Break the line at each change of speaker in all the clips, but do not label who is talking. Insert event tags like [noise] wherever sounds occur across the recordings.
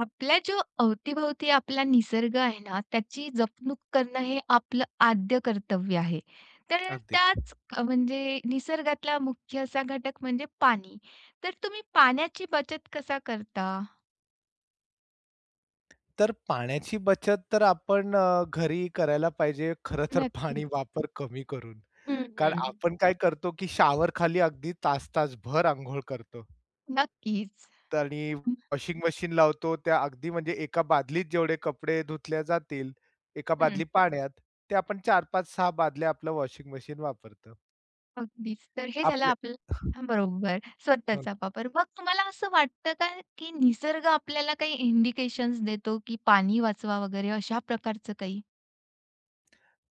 आपल्या जो अवतीभोवती आपला निसर्ग आहे ना, त्याची जपणूक करणं हे आपलं आद्य कर्तव्य आहे. तर
अगदीच.
त्याच म्हणजे निसर्गातला मुख्य असा घटक म्हणजे पाणी. तर तुम्ही पाण्याची बचत कसा करता?
तर पाण्याची बचत तर आपण घरी करायला पाहिजे खरं तर पाणी
नक्कीच.
वापर कमी करून.
हं,
कारण
हं.
आपण काय करतो, की शावर खाली अगदी तास-तासभर अंघोळ करतो
नक्कीच.
तर आणि
हं.
वॉशिंग मशीन लावतो. त्या अगदी म्हणजे एका बादलीत जेवढे कपडे धुतल्या जातील, एका बादली पाण्यात, ते आपण 4, 5, 6 बादल्या आपलं वॉशिंग मशीन वापरतं.
अगदीच. तर हे झालं
आपल्या
आपलं हां, बरोबर.
हं.
स्वतःचा वापर. मग तुम्हाला असं वाटतं का, की निसर्ग आपल्याला काही इंडिकेशन्स देतो, की पाणी वाचवा वगैरे अशा प्रकारचं काही?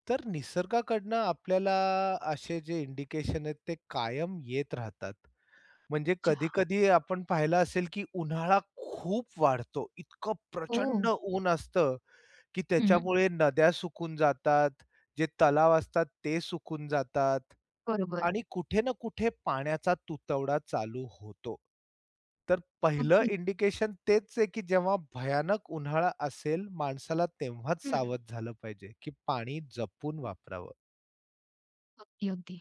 तर निसर्गाकडनं आपल्याला असे जे इंडिकेशन आहेत ते कायम येत राहतात. म्हणजे
अच्छा.
कधी-कधी आपण पाहिलं असेल, की उन्हाळा खूप वाढतो. इतकं
हो.
प्रचंड ऊन असतं, की
हं.
त्याच्यामुळे नद्या सुकून जातात, जे तलाव असतात ते सुकून जातात
बरोबर.
आणि कुठे ना कुठे पाण्याचा तुतवडा चालू होतो. तर पहिलं
अगदी.
इंडिकेशन तेच आहे, की जेव्हा भयानक उन्हाळा असेल माणसाला तेव्हाच
हं.
सावध झालं पाहिजे, की पाणी जपून वापरावं.
अगदी, अगदी.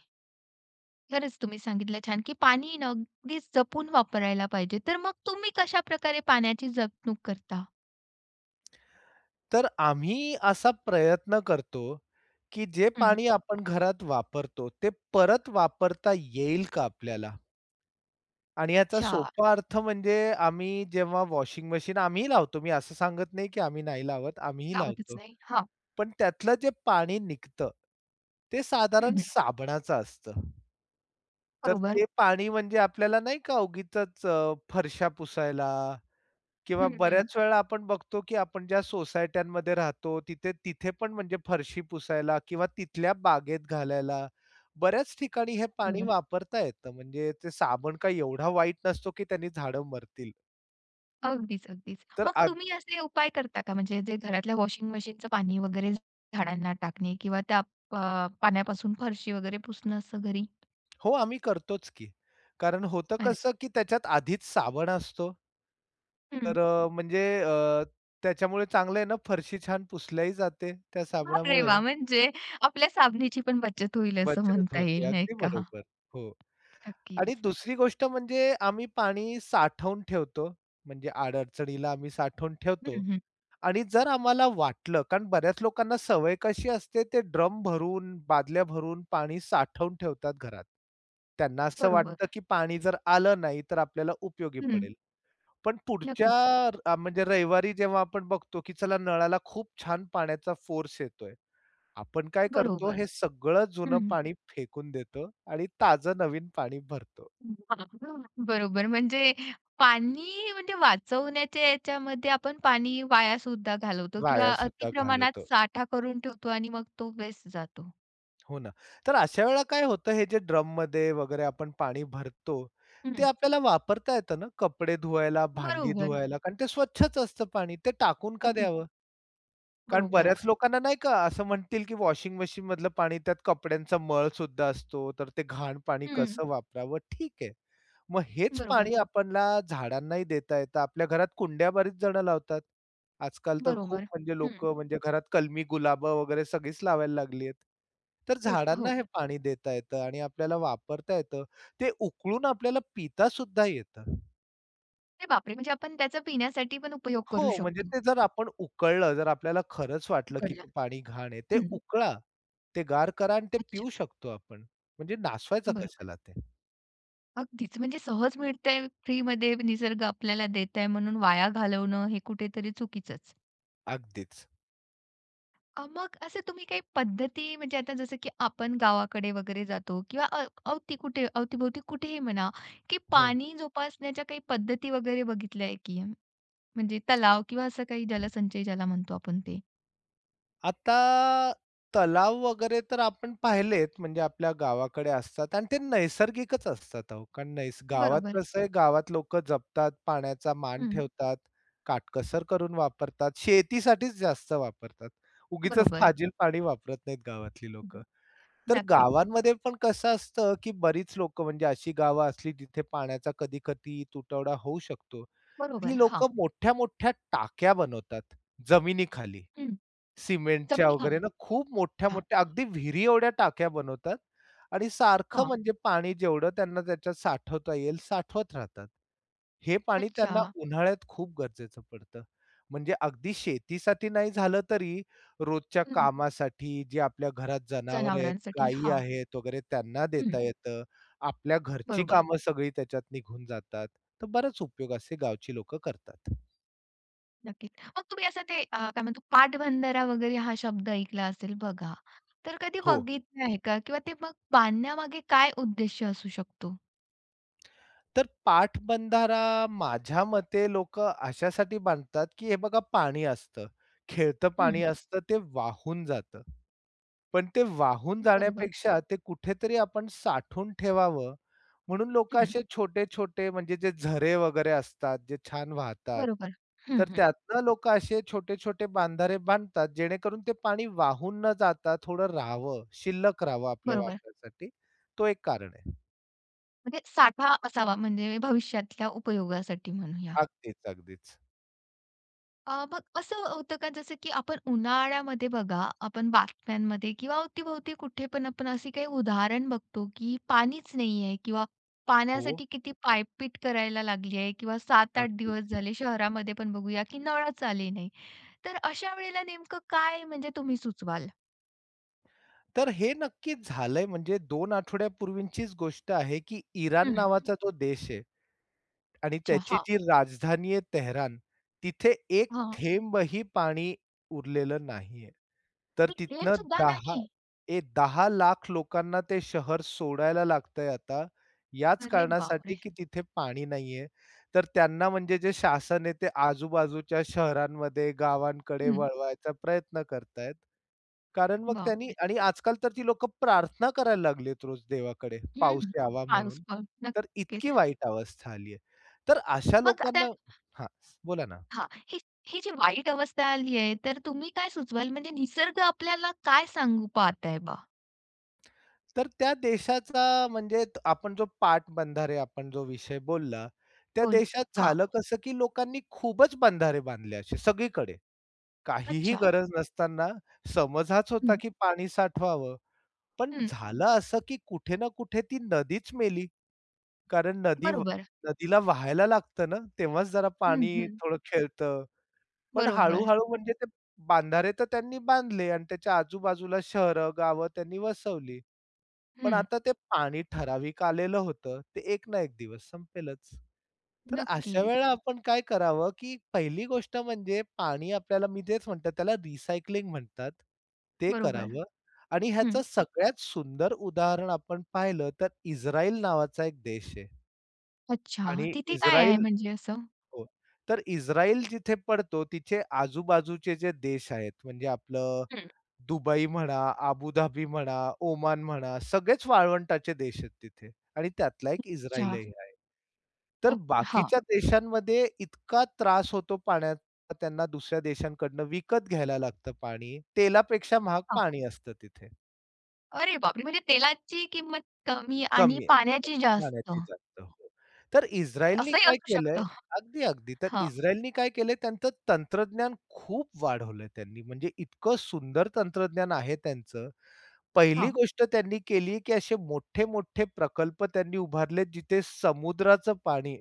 खरंच तुम्ही सांगितलं छान, की पाणी ना अगदीच जपून वापरायला पाहिजे. तर मग तुम्ही कशाप्रकारे पाण्याची जपणूक करता?
तर आम्ही असा प्रयत्न करतो, की जे
हं.
पाणी आपण घरात वापरतो, ते परत वापरता येईल का आपल्याला? आणि याचा
अच्छा,
सोपा अर्थ म्हणजे आम्ही जेव्हा वॉशिंग मशीन आम्हीही लावतो. मी असं सांगत नाही, की आम्ही नाही लावत. आम्हीही
गावातच
लावतो.
नाही. हां.
पण त्यातलं जे पाणी निघतं, ते
हं,
साधारण
हं.
साबणाचं असतं. तर
बरोबर.
ते पाणी म्हणजे आपल्याला नाही का उगीचच फरशा पुसायला किंवा
हं, हं.
बऱ्याच वेळा आपण बघतो, की आपण ज्या सोसायट्यांमध्ये राहतो, तिथे तिथे पण म्हणजे फरशी पुसायला किंवा तिथल्या बागेत घालायला, बऱ्याच ठिकाणी हे पाणी
बरोबर.
वापरता येतं. म्हणजे ते साबण काही एवढा वाईट नसतो, की त्यांनी झाडं मरतील.
अगदीच, अगदीच.
तर
मग
आ
तुम्ही असे उपाय करता का? म्हणजे जे घरातल्या वॉशिंग मशीनचं पाणी वगैरे झाडांना टाकणे किंवा त्या पाण्यापासून फरशी वगैरे पुसणं असं घरी?
हो, आम्ही करतोच की. कारण होतं
अरे
कसं, की त्याच्यात आधीच साबण असतो.
हं.
तर त्याच्यामुळे चांगलं आहे ना, फरशी छान पुसल्याही जाते त्या
अरे
साबणामुळे.
वाह! म्हणजे आपल्या साबणाची पण बचत होईल असं
बचत
म्हणता
होते.
येईल, नाही
अगदी
का?
बरोबर. हो. आणि
नक्कीच.
दुसरी गोष्ट म्हणजे आम्ही पाणी साठवून ठेवतो. म्हणजे अडचणीला आम्ही साठवून ठेवतो.
हं, हं.
आणि जर आम्हाला वाटलं, कारण बऱ्याच लोकांना सवय कशी असते, ते ड्रम भरून, बादल्या भरून पाणी साठवून ठेवतात घरात. त्यांना असं
बरोबर.
वाटतं, की पाणी जर आलं नाही, तर आपल्याला उपयोगी
हं.
पडेल. पण पुढच्या
नक्कीच.
र- अ, म्हणजे रविवारी जेव्हा आपण बघतो, की चला नळाला खूप छान पाण्याचा फोर्स येतोय. आपण काय करतो,
बरोबर.
हे सगळं जुनं
हं.
पाणी फेकून देतो आणि ताजं नवीन पाणी
[unintelligible]
भरतो.
[laughs] बरोबर. म्हणजे पाणी म्हणजे वाचवण्याच्या याच्यामध्ये आपण पाणी वायासुद्धा घालवतो
वाया
किंवा अति
सुद्धा
प्रमाणात
घालवतो.
साठा करून ठेवतो आणि मग तो वेस्ट जातो.
हो ना. तर अशा वेळेला काय होतं हे जे ड्रममध्ये वगैरे आपण पाणी भरतो, ते
हं.
आपल्याला वापरता येतं ना, कपडे धुवायला, भांडी
बरोबर.
धुवायला कारण ते स्वच्छच असतं पाणी. ते टाकून का
अगदीच.
द्यावं? कारण
बरोबर.
बऱ्याच लोकांना नाही का असं म्हणतील, की वॉशिंग मशीनमधलं पाणी त्यात कपड्यांचा मळ सुद्धा असतो, तर ते घाण पाणी
हं.
कसं वापरावं? ठीक आहे. मग हेच
बरोबर.
पाणी आपणला झाडांनाही देता येतं. आपल्या घरात कुंड्या बरीच जणं लावतात. आजकाल तर खूप
बरोबर.
म्हणजे
हं.
लोकं म्हणजे घरात कलमी गुलाबं वगैरे सगळीच लावायला लागली आहेत. तर
खूप.
झाडांना
हो.
हे पाणी देता येतं आणि आपल्याला वापरता येतं. ते उकळून आपल्याला पिता सुद्धा येतं.
अरे बापरे! म्हणजे आपण त्याचा पिण्यासाठी पण उपयोग करू
हो, म्हणजे
शकतो.
ते जर आपण उकळलं, जर आपल्याला खरंच वाटलं, की
उकळला.
ते पाणी घाण आहे, ते
हं.
उकळा. ते गार करा आणि ते पिऊ
अच्छा.
शकतो आपण. म्हणजे नासवायचं
बरोबर.
कशाला ते?
अगदीच. म्हणजे सहज मिळतंय, फ्रीमध्ये निसर्ग आपल्याला देत आहे म्हणून वाया घालवणं हे कुठेतरी चुकीचंच.
अगदीच.
मग असं तुम्ही काही पद्धती म्हणजे आता जसं की आपण गावाकडे वगैरे जातो किंवा अवती कुठे अवतीभोवती कुठेही म्हणा, की
हो.
पाणी जोपासण्याच्या काही पद्धती वगैरे बघितल्या आहे की? म्हणजे तलाव किंवा असं काही जलसंचय ज्याला म्हणतो आपण ते.
आता तलाव वगैरे तर आपण पाहिलेत, म्हणजे आपल्या गावाकडे असतात आणि ते नैसर्गिकच असतात अहो. कारण गावात
बरोबर.
कसं आहे, गावात लोकं जपतात, पाण्याचा मान
हं.
ठेवतात, काटकसर करून वापरतात, शेतीसाठीच जास्त वापरतात. उगीचच
बरोबर.
फाजील पाणी वापरत नाहीत गावातली
हं.
लोकं. तर
नक्कीच.
गावांमध्ये पण कसं असतं, की बरीच लोकं म्हणजे अशी गावं असली जिथे पाण्याचा कधी-कधी तुटवडा होऊ शकतो.
बरोबर.
ती
हां.
लोकं मोठ्या-मोठ्या टाक्या बनवतात जमिनीखाली.
हं.
सिमेंटच्या वगैरे
जमिनीखाली.
ना, खूप
अच्छा.
मोठ्या-मोठ्या अगदी विहिरी एवढ्या टाक्या बनवतात आणि सारखं
हां.
म्हणजे पाणी जेवढं त्यांना त्याच्यात साठवता येईल साठवत राहतात. हे पाणी
अच्छा.
त्यांना उन्हाळ्यात खूप गरजेचं पडतं. म्हणजे अगदी शेतीसाठी नाही झालं तरी रोजच्या
हं.
कामासाठी जे आपल्या घरात जनावरं आहेत,
जनावरांसाठी.
गायी
हां.
आहेत वगैरे त्यांना
हं.
देता येतं. आपल्या घरची
बरोबर.
कामं सगळी त्याच्यात निघून जातात. तर बराच उपयोग असे गावची लोकं करतात.
नक्कीच. मग तुम्ही असं ते काय म्हणतो पाटबंधारा वगैरे हा शब्द ऐकला असेल बघा. तर कधी
हो.
बघितलं आहे का? किंवा ते मग बांधण्यामागे काय उद्देश असू शकतो?
तर पाटबंधारा माझ्या मते लोकं अशासाठी बांधतात, की हे बघा पाणी असतं, खेळतं पाणी
हं,
हो. असतं ते वाहून जातं. पण ते वाहून
बरोबर.
जाण्यापेक्षा ते कुठेतरी आपण साठवून ठेवावं म्हणून लोकं
हं,
असे छोटे-छोटे म्हणजे जे झरे वगैरे असतात, जे छान वाहतात.
बरोबर. हं,
तर
हं.
त्यातनं लोकं असे छोटे-छोटे बांधारे बांधतात, जेणेकरून ते पाणी वाहून न जाता थोडं राहावं, शिल्लक राहावं आपल्या
बरोबर.
वापरासाठी. तो एक कारण आहे.
म्हणजे साठा असावा म्हणजे भविष्यातल्या उपयोगासाठी म्हणूया.
अगदीच, अगदीच.
मग असं होतं का जसं की आपण उन्हाळ्यामध्ये बघा, आपण बातम्यांमध्ये किंवा अवती कुठे पण आपण अशी काही उदाहरण बघतो, की पाणीच नाही आहे किंवा
हो,
पाण्यासाठी किती पायपीट करायला लागली आहे किंवा 7-8 दिवस
अगदीच.
झाले शहरामध्ये पण बघूया, की नळच आले नाही. तर अशा वेळेला नेमकं काय म्हणजे तुम्ही सुचवाल?
तर हे नक्कीच झालंय म्हणजे 2 आठवड्यापूर्वीचीच गोष्ट आहे, की इराण
हं.
नावाचा जो देश आहे, आणि त्याची
चहा.
जी राजधानी आहे तेहरान, तिथे एक
हां.
थेंबही पाणी उरलेलं नाहीये. तर
एक थेंब
तिथनं
सुद्धा
10
नाही.
ए 10 लाख लोकांना ते शहर सोडायला लागतंय आता, याच
अरे
कारणासाठी
बापरे!
की तिथे पाणी नाहीये. तर त्यांना म्हणजे जे शासन आहे ते आजूबाजूच्या शहरांमध्ये, गावांकडे
हं.
वळवायचा प्रयत्न करतायत. कारण मग त्यांनी
बापरे!
आणि आजकाल तर ती लोकं प्रार्थना करायला लागलेत रोज देवाकडे,
हं.
पाऊस यावा
पाऊस
म्हणून.
पण
तर
नक्कीच.
इतकी वाईट अवस्था आली तर अशा
मग
लोकांना हां, बोला ना.
हां. ही ही जी वाईट अवस्था आली आहे, तर तुम्ही काय सुचवाल? म्हणजे निसर्ग आपल्याला काय सांगू पाहत आहे बा?
तर त्या देशाचा म्हणजे आपण जो पाटबंधारे आपण जो विषय बोलला, त्या
बोल
देशात
हां.
झालं कसं, की लोकांनी खूपच बंधारे बांधले असे सगळीकडे. काहीही
अच्छा.
गरज नसताना समज हाच होता,
हं,
की पाणी साठवावं. पण
हं.
झालं असं, की कुठे ना कुठे ती नदीच मेली. कारण
बरोबर.
नदीला वाहायला लागतं ना, तेव्हाच जरा
हं,
पाणी
हं.
थोडं खेळतं. पण
बरोबर.
हळू-हळू म्हणजे ते बांधारे तर त्यांनी बांधले आणि त्याच्या आजूबाजूला शहरं, गावं त्यांनी वसवली. पण
हं.
आता ते पाणी ठराविक आलेलं होतं. ते एक ना एक दिवस संपेलच. तर अशा वेळेला
नक्कीच.
आपण काय करावं, की पहिली गोष्ट म्हणजे पाणी आपल्याला मी तेच म्हणतो त्याला रिसायकलिंग म्हणतात. ते
बरोबर.
करावं आणि
हं.
ह्याचं सगळ्यात सुंदर उदाहरण आपण पाहिलं तर इस्रायल नावाचा एक देश आहे
अच्छा.
आणि
तिथे काय आहे
इस्रायल
म्हणजे असं?
हो. तर इस्राईल जिथे पडतो तिथे आजूबाजूचे जे देश आहेत म्हणजे आपलं
हं.
दुबई म्हणा, अबुधाबी म्हणा, ओमान म्हणा, सगळेच वाळवंटाचे देश आहेत तिथे आणि त्यातला एक
अच्छा.
इस्राईलही आहे. तर
ओके. हां,
बाकीच्या देशांमध्ये इतका त्रास होतो पाण्याचा त्यांना दुसऱ्या देशांकडनं विकत घ्यायला लागतं पाणी. तेलापेक्षा महाग
हां.
पाणी असतं तिथे.
अरे बापरे! म्हणजे तेलाची किंमत कमी आणि
कमी
पाण्याची जास्त
पाण्याची जास्त हो. तर इस्रायलनी
असंही
काय
असू
केलंय
शकतं.
अगदी, अगदी. तर
हां,
इस्रायलनी काय केलंय त्यांचं तंत्रज्ञान खूप वाढवलंय त्यांनी. म्हणजे इतकं सुंदर तंत्रज्ञान आहे त्यांचं. पहिली
हां,
गोष्ट त्यांनी केली, की असे मोठे-मोठे प्रकल्प त्यांनी उभारले, जिथे समुद्राचं पाणी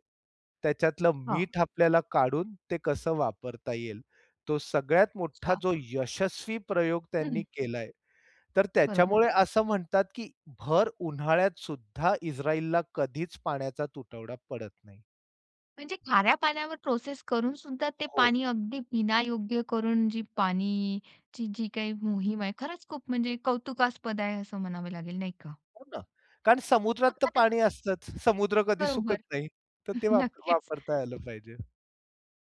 त्याच्यातलं
हां.
मीठ आपल्याला काढून ते कसं वापरता येईल. तो सगळ्यात मोठा
अच्छा.
जो यशस्वी प्रयोग त्यांनी
हं.
केलाय, तर
बरोबर.
त्याच्यामुळे असं म्हणतात, की भर उन्हाळ्यात सुद्धा इस्रायलला कधीच पाण्याचा तुटवडा पडत नाही.
म्हणजे खाऱ्या पाण्यावर प्रोसेस करून सुद्धा ते
हो.
पाणी अगदी पिण्यायोग्य करून जी पाणीची जी काही मोहीम आहे, खरंच खूप म्हणजे कौतुकास्पद आहे असं म्हणावं लागेल, नाही का?
हो ना. कारण समुद्रात
मग
तर
आता
पाणी असतंच. समुद्र कधी
बरोबर.
सुकत नाही. तर ते
[laughs] नक्कीच.
वापरता आलं पाहिजे.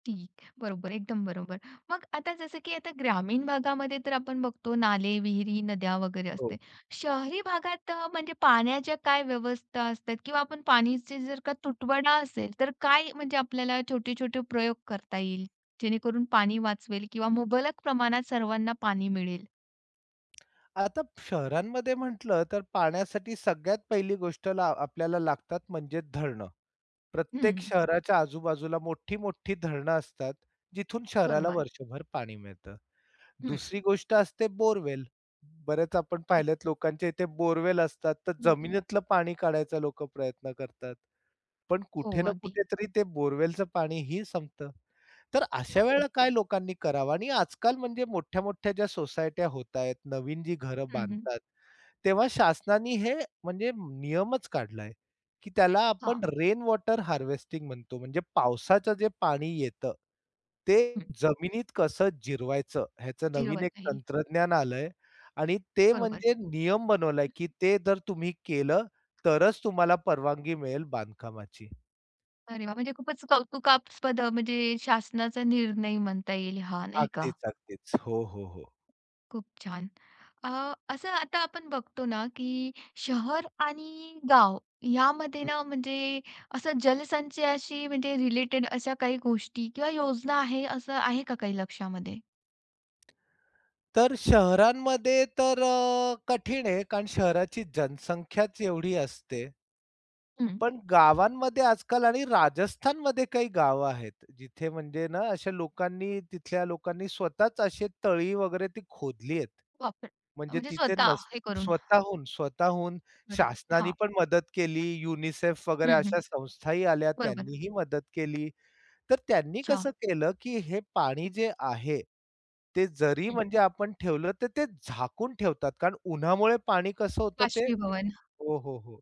ठीक. बरोबर, एकदम बरोबर. मग आता जसं की आता ग्रामीण भागामध्ये तर आपण बघतो नाले, विहिरी, नद्या वगैरे
हो.
असते. शहरी भागात म्हणजे पाण्याच्या काय व्यवस्था असतात किंवा आपण पाणीचे जर का तुटवडा असेल, तर काय म्हणजे आपल्याला छोटे-छोटे प्रयोग करता येईल, जेणेकरून पाणी वाचवेल किंवा मुबलक प्रमाणात सर्वांना पाणी मिळेल?
आता शहरांमध्ये म्हटलं तर पाण्यासाठी सगळ्यात पहिली गोष्ट ला आपल्याला लागतात म्हणजे धरणं.
हं,
प्रत्येक शहराच्या आजूबाजूला मोठी-मोठी धरणं असतात, जिथून शहराला
बरोबर.
वर्षभर पाणी मिळतं.
हं.
दुसरी गोष्ट असते बोरवेल. बरेच आपण पाहिलेत लोकांच्या इथे बोरवेल असतात, तर हं.
हो,
जमिनीतलं पाणी काढायचा लोकं प्रयत्न करतात. पण
हो,
कुठे ना
अगदी.
कुठेतरी ते बोरवेलचं पाणीही संपतं. तर अशा वेळेला
नक्कीच.
काय लोकांनी करावं आणि आजकाल म्हणजे मोठ्या-मोठ्या ज्या सोसायट्या होत आहेत, नवीन जी घरं
हं, हं.
बांधतात तेव्हा शासनाने हे म्हणजे नियमच काढलाय, की त्याला
हां.
आपण रेन वॉटर हार्वेस्टिंग म्हणतो. म्हणजे पावसाचं जे पाणी येतं, ते
हं.
जमिनीत कसं जिरवायचं ह्याचं नवीन एक
जिरवता येईल.
तंत्रज्ञान आलंय आणि ते
बरोबर.
म्हणजे नियम बनवलाय, की ते जर तुम्ही केलं तरच तुम्हाला परवानगी मिळेल बांधकामाची.
अरे वाह! म्हणजे खूपच कौतुकास्पद म्हणजे शासनाचा निर्णय म्हणता येईल हा, नाही का?
अगदीच, अगदीच. हो, हो, हो.
खूप छान. अ, असं आता आपण बघतो ना, की शहर आणि गाव यामध्ये
हं.
ना, म्हणजे असं जलसंचयाशी म्हणजे रिलेटेड अशा काही गोष्टी किंवा योजना आहे, असं आहे का काही लक्षामध्ये?
तर शहरांमध्ये तर कठीण आहे कारण शहराची जनसंख्याच एवढी असते
हं.
पण गावांमध्ये आजकाल आणि राजस्थानमध्ये काही गावं आहेत, जिथे म्हणजे ना अशा लोकांनी तिथल्या लोकांनी स्वतःच असे तळी वगैरे ती खोदली आहेत.
वापर
म्हणजे
म्हणजे
तिथे
स्वतः
नस
हे करून.
स्वतःहून, स्वतःहून
बरोबर.
शासनाने
हां.
पण मदत केली, युनिसेफ वगैरे
हं, हं.
अशा संस्थाही आल्या,
बरोबर.
त्यांनीही मदत केली. तर त्यांनी
अच्छा.
कसं केलं, की हे पाणी जे आहे, ते जरी
हं.
म्हणजे आपण ठेवलं तर ते झाकून ठेवतात. कारण उन्हामुळे पाणी कसं होतं ते
बाष्पीभवन.
हो, हो, हो.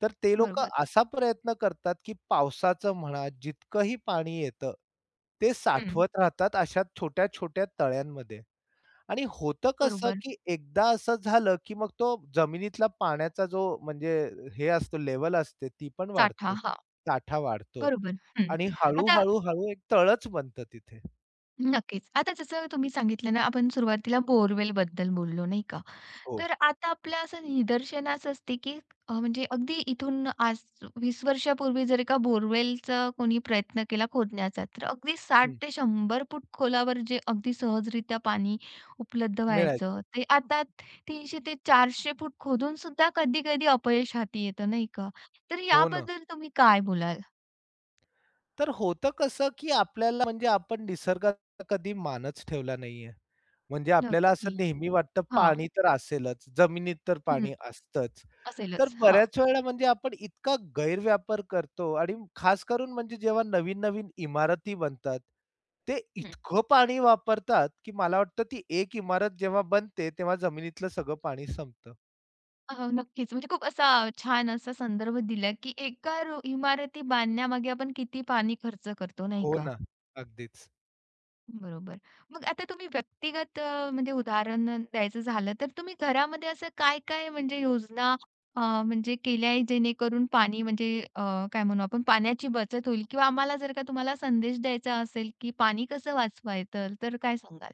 तर ते लोकं
बरोबर.
असा प्रयत्न करतात, की पावसाचं म्हणा, जितकंही पाणी येतं, ते
हं.
साठवत राहतात अशा छोट्या-छोट्या तळ्यांमध्ये. आणि होतं कसं,
बरोबर.
की एकदा असं झालं, की मग तो जमिनीतला पाण्याचा जो म्हणजे हे असतो लेवल असते, ती पण
साठा.
वाढते.
हां.
साठा वाढतो
बरोबर. हं.
आणि हळू
आता
हळू एक तळच बनतं तिथे.
नक्कीच. आता जसं तुम्ही सांगितलं ना, आपण सुरुवातीला बोअरवेलबद्दल बोललो, नाही का?
हो.
तर आता आपलं असं निदर्शनास असते, की म्हणजे अगदी इथून आज 20 वर्षापूर्वी जर का बोअरवेलचा कोणी प्रयत्न केला खोदण्याचा, तर अगदी 60
हं.
ते 100 फूट खोलावर जे अगदी सहजरित्या पाणी उपलब्ध
मिळायचं.
व्हायचं, ते आता 300 ते 400 फूट खोदून सुद्धा कधी-कधी अपयश हाती येतं, नाही का? तर
हो ना.
याबद्दल तुम्ही काय बोलाल?
तर होतं कसं, की आपल्याला म्हणजे आपण निसर्गाचा कधी मानच ठेवला नाहीये. म्हणजे आपल्याला
नक्की.
असं नेहमी वाटतं
हां.
पाणी तर असेलच, जमिनीत तर
हं.
पाणी असतंच. तर
असेलच. हां.
बऱ्याच वेळेला म्हणजे आपण इतका गैरव्यापार करतो आणि खास करून म्हणजे जेव्हा नवीन-नवीन इमारती बनतात, ते इतकं पाणी वापरतात, की मला वाटतं ती एक इमारत जेव्हा बनते, तेव्हा जमिनीतलं सगळं पाणी संपतं.
हो, नक्कीच. म्हणजे खूप असा छान असा संदर्भ दिला, की एका रो इमारती बांधण्यामागे आपण किती पाणी खर्च करतो, नाही
हो
का?
ना. अगदीच.
बरोबर. मग आता तुम्ही व्यक्तिगत म्हणजे उदाहरण द्यायचं झालं, तर तुम्ही घरामध्ये असं काय-काय म्हणजे योजना अ, म्हणजे केल्या आहे, जेणेकरून पाणी म्हणजे अ, काय म्हणू आपण, पाण्याची बचत होईल किंवा आम्हाला जर का तुम्हाला संदेश द्यायचा असेल, की पाणी कसं वाचवायचं, तर काय सांगाल?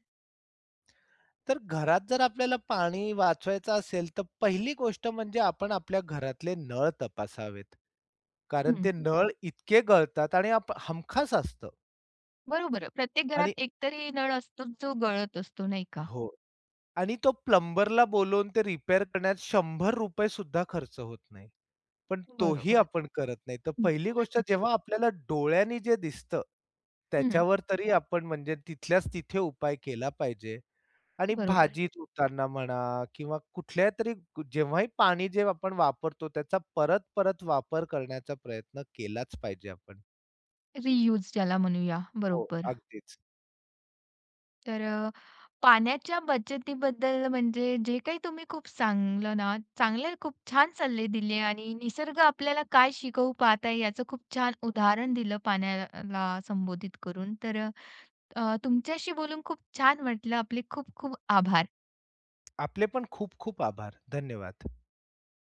तर घरात जर आपल्याला पाणी वाचवायचं असेल, तर पहिली गोष्ट म्हणजे आपण आपल्या घरातले नळ तपासावेत. कारण
हं,
ते नळ इतके गळतात आणि हमखास असतं
बरोबर प्रत्येक
आणि
घरात एकतरी नळ असतोच, जो गळत असतो, नाही का?
हो. आणि तो प्लंबरला बोलवून ते रिपेअर करण्यात ₹100 सुद्धा खर्च होत नाही. पण तोही
बरोबर.
आपण करत नाही. तर
हं.
पहिली गोष्ट जेव्हा आपल्याला डोळ्यांनी जे दिसतं,
हं,
त्याच्यावर तरी आपण म्हणजे तिथल्याच तिथे उपाय केला पाहिजे. आणि
बरोबर.
भाजी धुताना म्हणा किंवा कुठल्यातरी जेव्हाही पाणी जे आपण वापरतो त्याचा परत परत वापर करण्याचा प्रयत्न केलाच पाहिजे आपण.
रियूज ज्याला म्हणूया,
हो.
बरोबर.
अगदीच.
तर पाण्याच्या बचतीबद्दल म्हणजे जे काही तुम्ही खूप चांगलं ना, चांगले खूप छान सल्ले दिले आणि निसर्ग आपल्याला काय शिकवू पाहत आहे याचं खूप छान उदाहरण दिलं पाण्याला संबोधित करून. तर तुमच्याशी बोलून खूप छान वाटलं. आपले खूप खूप आभार.
आपले पण खूप खूप आभार. धन्यवाद.